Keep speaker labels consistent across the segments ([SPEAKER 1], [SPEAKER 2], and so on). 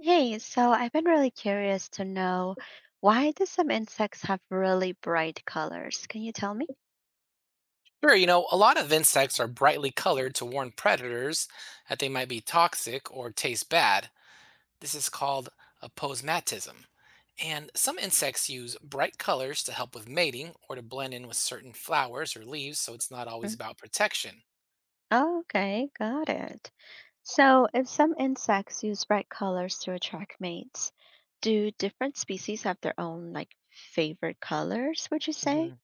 [SPEAKER 1] Hey, so I've been really curious to know, why do some insects have really bright colors? Can you tell me?
[SPEAKER 2] Sure, you know, a lot of insects are brightly colored to warn predators that they might be toxic or taste bad. This is called aposematism. And some insects use bright colors to help with mating or to blend in with certain flowers or leaves, so it's not always about protection.
[SPEAKER 1] Oh, okay, got it. So, if some insects use bright colors to attract mates, do different species have their own like favorite colors, would you say?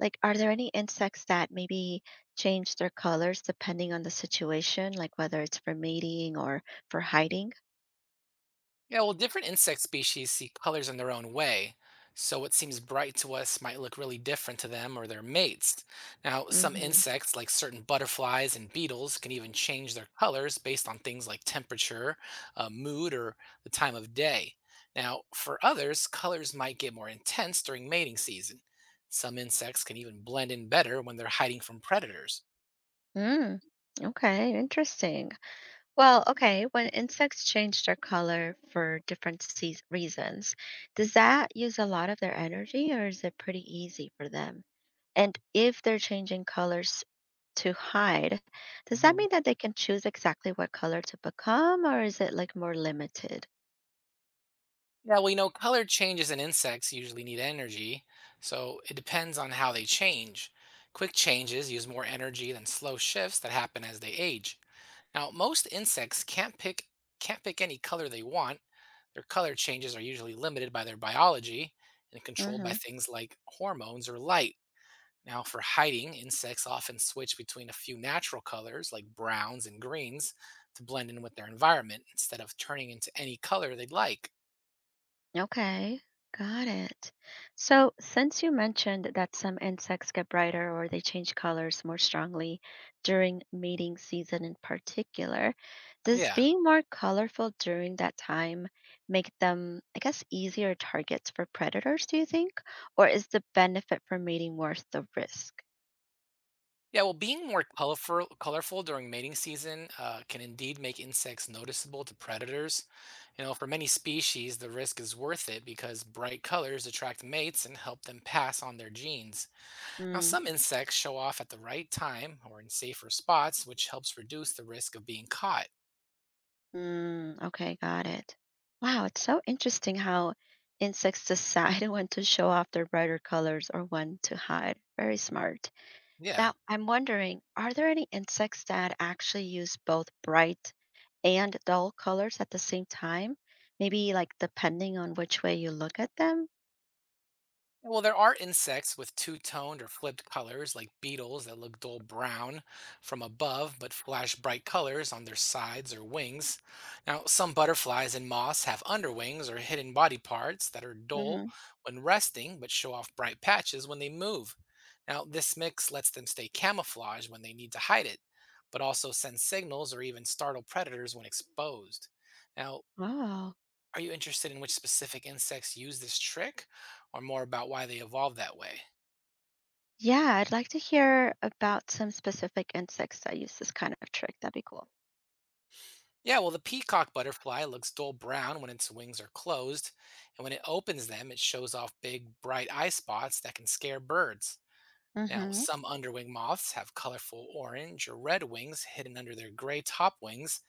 [SPEAKER 1] Like, are there any insects that maybe change their colors depending on the situation, like whether it's for mating or for hiding?
[SPEAKER 2] Yeah, well, different insect species see colors in their own way, so what seems bright to us might look really different to them or their mates. Now, some
[SPEAKER 1] Mm-hmm.
[SPEAKER 2] insects, like certain butterflies and beetles, can even change their colors based on things like temperature, mood, or the time of day. Now, for others, colors might get more intense during mating season. Some insects can even blend in better when they're hiding from predators.
[SPEAKER 1] Mm, okay, interesting. Well, okay, when insects change their color for different seas reasons, does that use a lot of their energy or is it pretty easy for them? And if they're changing colors to hide, does that
[SPEAKER 2] hmm
[SPEAKER 1] mean that they can choose exactly what color to become or is it like more limited?
[SPEAKER 2] Yeah, well, you know, color changes in insects usually need energy, so it depends on how they change. Quick changes use more energy than slow shifts that happen as they age. Now, most insects can't pick any color they want. Their color changes are usually limited by their biology and controlled by
[SPEAKER 1] Mm-hmm.
[SPEAKER 2] things like hormones or light. Now, for hiding, insects often switch between a few natural colors like browns and greens to blend in with their environment instead of turning into any color they'd like.
[SPEAKER 1] Okay, got it. So, since you mentioned that some insects get brighter or they change colors more strongly during mating season in particular, does
[SPEAKER 2] Yeah.
[SPEAKER 1] being more colorful during that time make them, I guess, easier targets for predators, do you think? Or is the benefit for mating worth the risk?
[SPEAKER 2] Yeah, well, being more colorful during mating season can indeed make insects noticeable to predators. You know, for many species, the risk is worth it because bright colors attract mates and help them pass on their genes. Now,
[SPEAKER 1] Hmm.
[SPEAKER 2] some insects show off at the right time or in safer spots, which helps reduce the risk of being caught.
[SPEAKER 1] Mm, okay, got it. Wow, it's so interesting how insects decide when to show off their brighter colors or when to hide. Very smart.
[SPEAKER 2] Yeah.
[SPEAKER 1] Now, I'm wondering, are there any insects that actually use both bright and dull colors at the same time? Maybe like depending on which way you look at them?
[SPEAKER 2] Well, there are insects with two-toned or flipped colors, like beetles that look dull brown from above but flash bright colors on their sides or wings. Now, some butterflies and moths have underwings or hidden body parts that are dull
[SPEAKER 1] Hmm.
[SPEAKER 2] when resting but show off bright patches when they move. Now, this mix lets them stay camouflaged when they need to hide it, but also send signals or even startle predators when exposed. Now,
[SPEAKER 1] Oh,
[SPEAKER 2] are you interested in which specific insects use this trick, or more about why they evolved that way?
[SPEAKER 1] yeah, I'd like to hear about some specific insects that use this kind of trick. That'd be cool.
[SPEAKER 2] Yeah, well, the peacock butterfly looks dull brown when its wings are closed, and when it opens them, it shows off big, bright eye spots that can scare birds. Now,
[SPEAKER 1] Mm-hmm.
[SPEAKER 2] some underwing moths have colorful orange or red wings hidden under their gray top wings,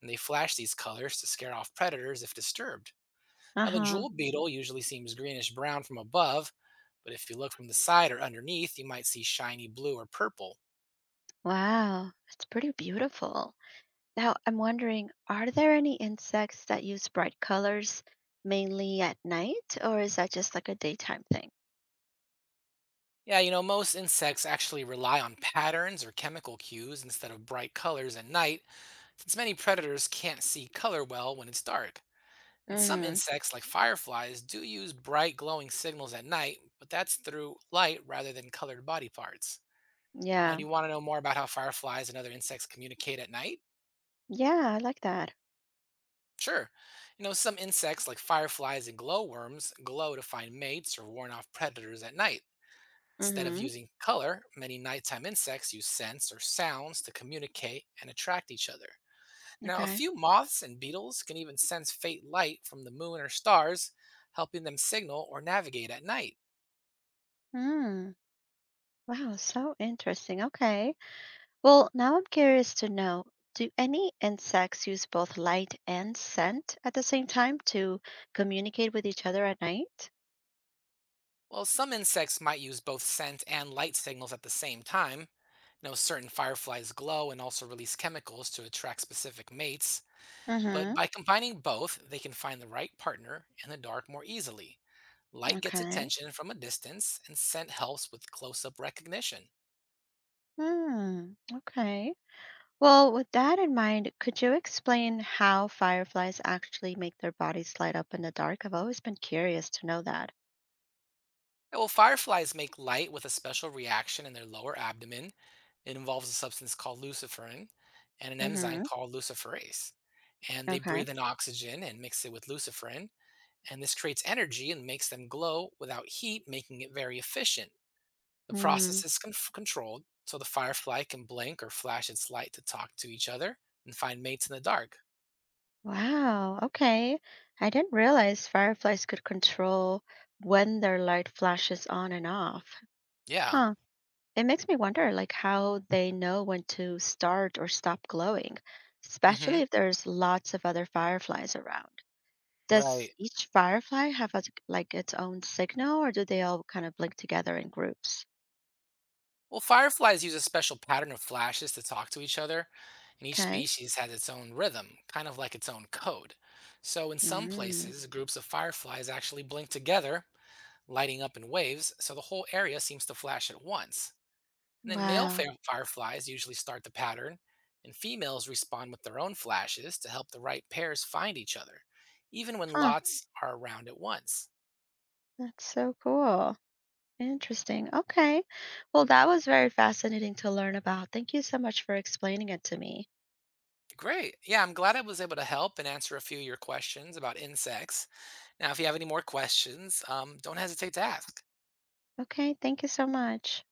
[SPEAKER 2] and they flash these colors to scare off predators if disturbed. Now, the
[SPEAKER 1] Uh-huh.
[SPEAKER 2] jewel beetle usually seems greenish brown from above, but if you look from the side or underneath, you might see shiny blue or purple.
[SPEAKER 1] Wow, it's pretty beautiful. Now, I'm wondering, are there any insects that use bright colors mainly at night, or is that just like a daytime thing?
[SPEAKER 2] Yeah, you know, most insects actually rely on patterns or chemical cues instead of bright colors at night, since many predators can't see color well when it's dark. And some
[SPEAKER 1] Hmm.
[SPEAKER 2] insects, like fireflies, do use bright glowing signals at night, but that's through light rather than colored body parts. Now, do
[SPEAKER 1] Yeah.
[SPEAKER 2] you want to know more about how fireflies and other insects communicate at night?
[SPEAKER 1] Yeah, I like that.
[SPEAKER 2] Sure. You know, some insects, like fireflies and glowworms, glow to find mates or warn off predators at night. Instead of
[SPEAKER 1] Hmm.
[SPEAKER 2] using color, many nighttime insects use scents or sounds to communicate and attract each other. Now, a
[SPEAKER 1] Okay.
[SPEAKER 2] few moths and beetles can even sense faint light from the moon or stars, helping them signal or navigate at night.
[SPEAKER 1] Mm. Wow, so interesting. Okay. Well, now I'm curious to know, do any insects use both light and scent at the same time to communicate with each other at night?
[SPEAKER 2] While some insects might use both scent and light signals at the same time, now certain fireflies glow and also release chemicals to attract specific mates, but
[SPEAKER 1] Hmm.
[SPEAKER 2] by combining both, they can find the right partner in the dark more easily. Light gets
[SPEAKER 1] Okay.
[SPEAKER 2] attention from a distance, and scent helps with close up recognition.
[SPEAKER 1] Mm. Okay. Well, with that in mind, could you explain how fireflies actually make their bodies light up in the dark? I've always been curious to know that.
[SPEAKER 2] Yeah, well, fireflies make light with a special reaction in their lower abdomen. It involves a substance called luciferin and an enzyme
[SPEAKER 1] Mm-hmm.
[SPEAKER 2] called luciferase. And they
[SPEAKER 1] Okay.
[SPEAKER 2] breathe in oxygen and mix it with luciferin. And this creates energy and makes them glow without heat, making it very efficient. The
[SPEAKER 1] Hmm.
[SPEAKER 2] process is controlled, so the firefly can blink or flash its light to talk to each other and find mates in the dark.
[SPEAKER 1] Wow. Okay. I didn't realize fireflies could control when their light flashes on and off.
[SPEAKER 2] Yeah.
[SPEAKER 1] Huh. It makes me wonder, like, how they know when to start or stop glowing, especially
[SPEAKER 2] Hmm.
[SPEAKER 1] if there's lots of other fireflies around. Does
[SPEAKER 2] Right.
[SPEAKER 1] each firefly have a, like, its own signal, or do they all kind of blink together in groups?
[SPEAKER 2] Well, fireflies use a special pattern of flashes to talk to each other, and each
[SPEAKER 1] Okay.
[SPEAKER 2] species has its own rhythm, kind of like its own code. So, in some
[SPEAKER 1] Mm,
[SPEAKER 2] places, groups of fireflies actually blink together, lighting up in waves, so the whole area seems to flash at once. And then male
[SPEAKER 1] wow.
[SPEAKER 2] fireflies usually start the pattern, and females respond with their own flashes to help the right pairs find each other, even when
[SPEAKER 1] Huh.
[SPEAKER 2] lots are around at once.
[SPEAKER 1] That's so cool. Interesting. Okay. Well, that was very fascinating to learn about. Thank you so much for explaining it to me.
[SPEAKER 2] Great. Yeah, I'm glad I was able to help and answer a few of your questions about insects. Now, if you have any more questions, don't hesitate to ask.
[SPEAKER 1] Okay. Thank you so much.